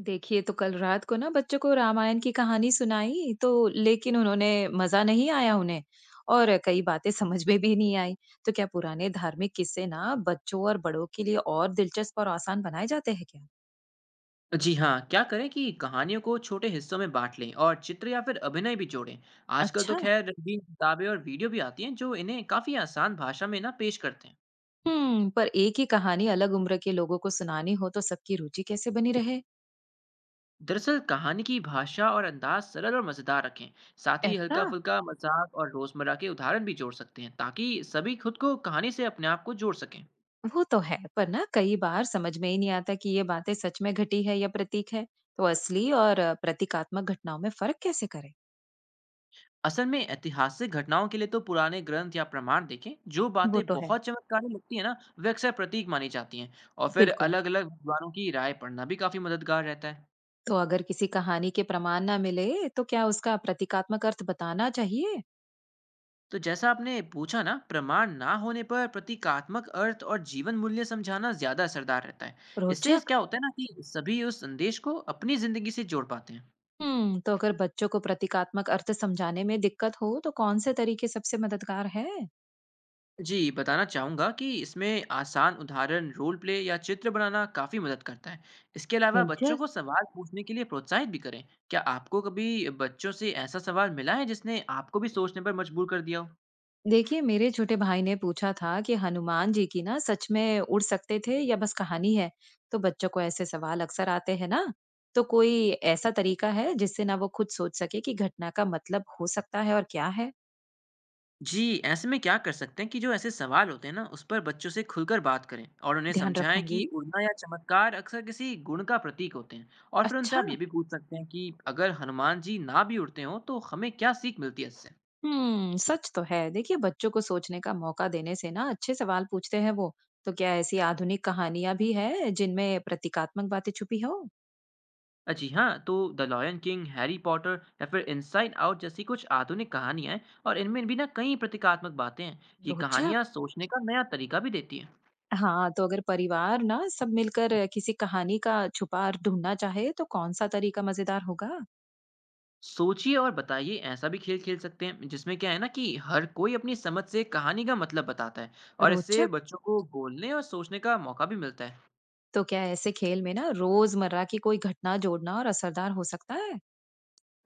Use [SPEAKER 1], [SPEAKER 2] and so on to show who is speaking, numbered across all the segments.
[SPEAKER 1] देखिए, तो कल रात को ना बच्चों को रामायण की कहानी सुनाई तो लेकिन उन्होंने मज़ा नहीं आया उन्हें और कई बातें समझ में भी नहीं आई। तो क्या पुराने धार्मिक किस्से ना बच्चों और बड़ों के लिए और दिलचस्प और आसान बनाए जाते हैं क्या?
[SPEAKER 2] जी हाँ, क्या करें कि कहानियों को छोटे हिस्सों में बाँट लें और चित्र या फिर अभिनय भी जोड़ें। आजकल तो
[SPEAKER 1] अच्छा।
[SPEAKER 2] खैर रंगीन किताबें और वीडियो भी आती हैं जो इन्हें काफ़ी आसान भाषा में ना पेश करते हैं।
[SPEAKER 1] पर एक ही कहानी अलग उम्र के लोगों को सुनानी हो तो सबकी रुचि कैसे बनी रहे?
[SPEAKER 2] दरअसल कहानी की भाषा और अंदाज सरल और मज़ेदार रखें। साथ ही
[SPEAKER 1] ऐसा।
[SPEAKER 2] हल्का-फुल्का मज़ाक और रोज़मर्रा के उदाहरण भी जोड़ सकते हैं ताकि सभी खुद को कहानी से अपने आप को जोड़ सकें।
[SPEAKER 1] वो तो है, पर ना कई बार समझ में ही नहीं आता कि ये बातें सच में घटी है या प्रतीक है। तो असली और प्रतीकात्मक घटनाओं में फर्क कैसे करें?
[SPEAKER 2] असल में ऐतिहासिक घटनाओं के लिए तो पुराने ग्रंथ या प्रमाण देखें। जो
[SPEAKER 1] वो
[SPEAKER 2] बातें
[SPEAKER 1] तो है।
[SPEAKER 2] बहुत चमत्कारी लगती है ना वे अक्सर प्रतीक मानी जाती हैं और फिर
[SPEAKER 1] बिल्कुल।
[SPEAKER 2] अलग अलग विद्वानों की राय पढ़ना भी काफी मददगार रहता है।
[SPEAKER 1] तो अगर किसी कहानी के प्रमाण ना मिले तो क्या उसका प्रतीकात्मक अर्थ बताना चाहिए।
[SPEAKER 2] तो जैसा आपने पूछा ना प्रमाण ना होने पर प्रतीकात्मक अर्थ और जीवन मूल्य समझाना ज्यादा असरदार रहता है। इससे
[SPEAKER 1] रोचक।
[SPEAKER 2] क्या होता है ना कि सभी उस संदेश को अपनी जिंदगी से जोड़ पाते हैं।
[SPEAKER 1] हम्म, तो अगर बच्चों को प्रतीकात्मक अर्थ समझाने में दिक्कत हो तो कौन से तरीके सबसे मददगार है।
[SPEAKER 2] जी, बताना चाहूँगा कि इसमें आसान उदाहरण, रोल प्ले या चित्र बनाना काफ़ी मदद करता है। इसके अलावा बच्चों को
[SPEAKER 1] दिलचस्प।
[SPEAKER 2] सवाल पूछने के लिए प्रोत्साहित भी करें। क्या आपको कभी बच्चों से ऐसा सवाल मिला है जिसने आपको भी सोचने पर मजबूर कर दिया हो?
[SPEAKER 1] देखिए, मेरे छोटे भाई ने पूछा था कि हनुमान जी की ना सच में उड़ सकते थे या बस कहानी है। तो बच्चों को ऐसे सवाल अक्सर आते हैं ना। तो कोई ऐसा तरीका है जिससे ना वो खुद सोच सके कि घटना का मतलब हो सकता है और क्या है।
[SPEAKER 2] जी, ऐसे में क्या कर सकते हैं कि जो ऐसे सवाल होते हैं ना, उस पर बच्चों से खुलकर बात करें और उन्हें
[SPEAKER 1] ध्यान
[SPEAKER 2] समझाएँ कि
[SPEAKER 1] रखूंगी।
[SPEAKER 2] उड़ना या चमत्कार अक्सर किसी गुण का प्रतीक होते हैं। और फिर उनसे
[SPEAKER 1] अच्छा।
[SPEAKER 2] आप ये भी पूछ सकते हैं कि अगर हनुमान जी ना भी उड़ते हों, तो हमें क्या सीख मिलती है इससे?
[SPEAKER 1] हम्म, सच तो है। देखिए, बच्चों को सोचने का मौका देने से ना अच्छे सवाल पूछते हैं वो। तो क्या ऐसी आधुनिक कहानियां भी है जिनमें प्रतीकात्मक बातें छुपी हो।
[SPEAKER 2] जी हाँ, तो the lion king, Harry Potter या फिर इनसाइड आउट जैसी कुछ आधुनिक कहानियाँ हैं। और इनमें भी ना कई प्रतीकात्मक बातें हैं। ये
[SPEAKER 1] रोचक।
[SPEAKER 2] कहानियाँ सोचने का नया तरीका भी देती हैं।
[SPEAKER 1] हाँ, तो अगर परिवार ना सब मिलकर किसी कहानी का छुपा ढूंढना चाहे तो कौन सा तरीका मजेदार होगा।
[SPEAKER 2] सोचिए और बताइए ऐसा भी खेल खेल सकते हैं जिसमें क्या है ना कि हर कोई अपनी समझ से कहानी का मतलब बताता है। और इससे
[SPEAKER 1] रोचक।
[SPEAKER 2] बच्चों को बोलने और सोचने का मौका भी मिलता है।
[SPEAKER 1] तो क्या ऐसे खेल में ना रोजमर्रा की कोई घटना जोड़ना और असरदार हो सकता है।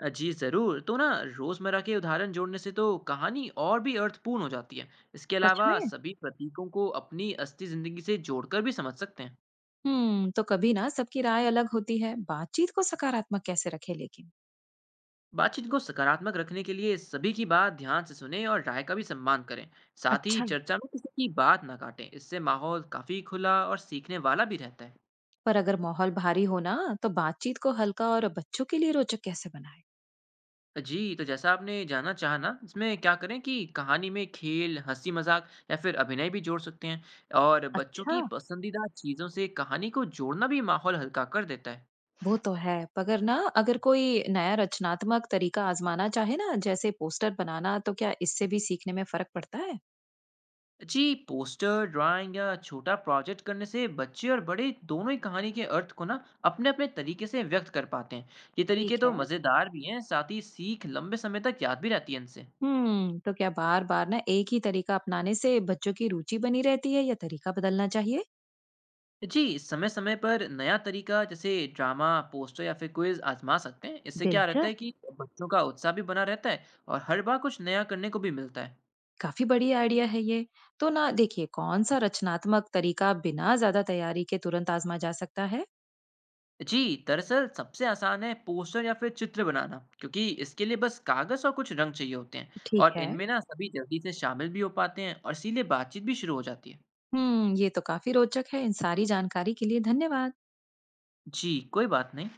[SPEAKER 2] जी ज़रूर, तो ना रोज़मर्रा के उदाहरण जोड़ने से तो कहानी और भी अर्थपूर्ण हो जाती है। इसके
[SPEAKER 1] सच
[SPEAKER 2] अलावा
[SPEAKER 1] में।
[SPEAKER 2] सभी प्रतीकों को अपनी असली ज़िंदगी से जोड़कर भी समझ सकते हैं।
[SPEAKER 1] हम्म, तो कभी ना सबकी राय अलग होती है बातचीत को सकारात्मक कैसे रखे लेकिन।
[SPEAKER 2] बातचीत को सकारात्मक रखने के लिए सभी की बात ध्यान से सुने और राय का भी सम्मान करें। साथ ही
[SPEAKER 1] अच्छा।
[SPEAKER 2] चर्चा में किसी की बात ना काटें, इससे माहौल काफी खुला और सीखने वाला भी रहता है।
[SPEAKER 1] पर अगर माहौल भारी हो ना तो बातचीत को हल्का और बच्चों के लिए रोचक कैसे बनाए।
[SPEAKER 2] जी, तो जैसा आपने जानना चाहा ना इसमें क्या करें कि कहानी में खेल हंसी मजाक या फिर अभिनय भी जोड़ सकते हैं। और बच्चों
[SPEAKER 1] अच्छा।
[SPEAKER 2] की पसंदीदा चीज़ों से कहानी को जोड़ना भी माहौल हल्का कर देता है।
[SPEAKER 1] वो तो है, मगर ना अगर कोई नया रचनात्मक तरीका आजमाना चाहे ना जैसे पोस्टर बनाना तो क्या इससे भी सीखने में फर्क पड़ता है।
[SPEAKER 2] जी, पोस्टर ड्राइंग या छोटा प्रोजेक्ट करने से बच्चे और बड़े दोनों ही कहानी के अर्थ को ना अपने अपने तरीके से व्यक्त कर पाते हैं। ये तरीके
[SPEAKER 1] ठीक
[SPEAKER 2] तो
[SPEAKER 1] है।
[SPEAKER 2] मज़ेदार भी हैं, साथ ही सीख लंबे समय तक याद भी रहती है इनसे।
[SPEAKER 1] हम्म, तो क्या बार बार ना एक ही तरीका अपनाने से बच्चों की रुचि बनी रहती है या तरीका बदलना चाहिए।
[SPEAKER 2] जी, समय समय पर नया तरीका जैसे ड्रामा पोस्टर या फिर क्विज आजमा सकते हैं। इससे क्या रहता है
[SPEAKER 1] दिलचस्प।
[SPEAKER 2] कि बच्चों का उत्साह भी बना रहता है और हर बार कुछ नया करने को भी मिलता है।
[SPEAKER 1] काफी बड़ी आइडिया है ये। तो ना देखिए कौन सा रचनात्मक तरीका बिना ज्यादा तैयारी के तुरंत आजमा जा सकता है।
[SPEAKER 2] जी दरअसल सबसे आसान है पोस्टर या फिर चित्र बनाना क्योंकि इसके लिए बस कागज और कुछ रंग चाहिए होते हैं।
[SPEAKER 1] ठीक
[SPEAKER 2] और
[SPEAKER 1] है।
[SPEAKER 2] इनमें ना सभी जल्दी से शामिल भी हो पाते हैं और इसीलिए बातचीत भी शुरू हो जाती है।
[SPEAKER 1] हुँ, ये तो काफ़ी रोचक है। इन सारी जानकारी के लिए धन्यवाद।
[SPEAKER 2] जी कोई बात नहीं।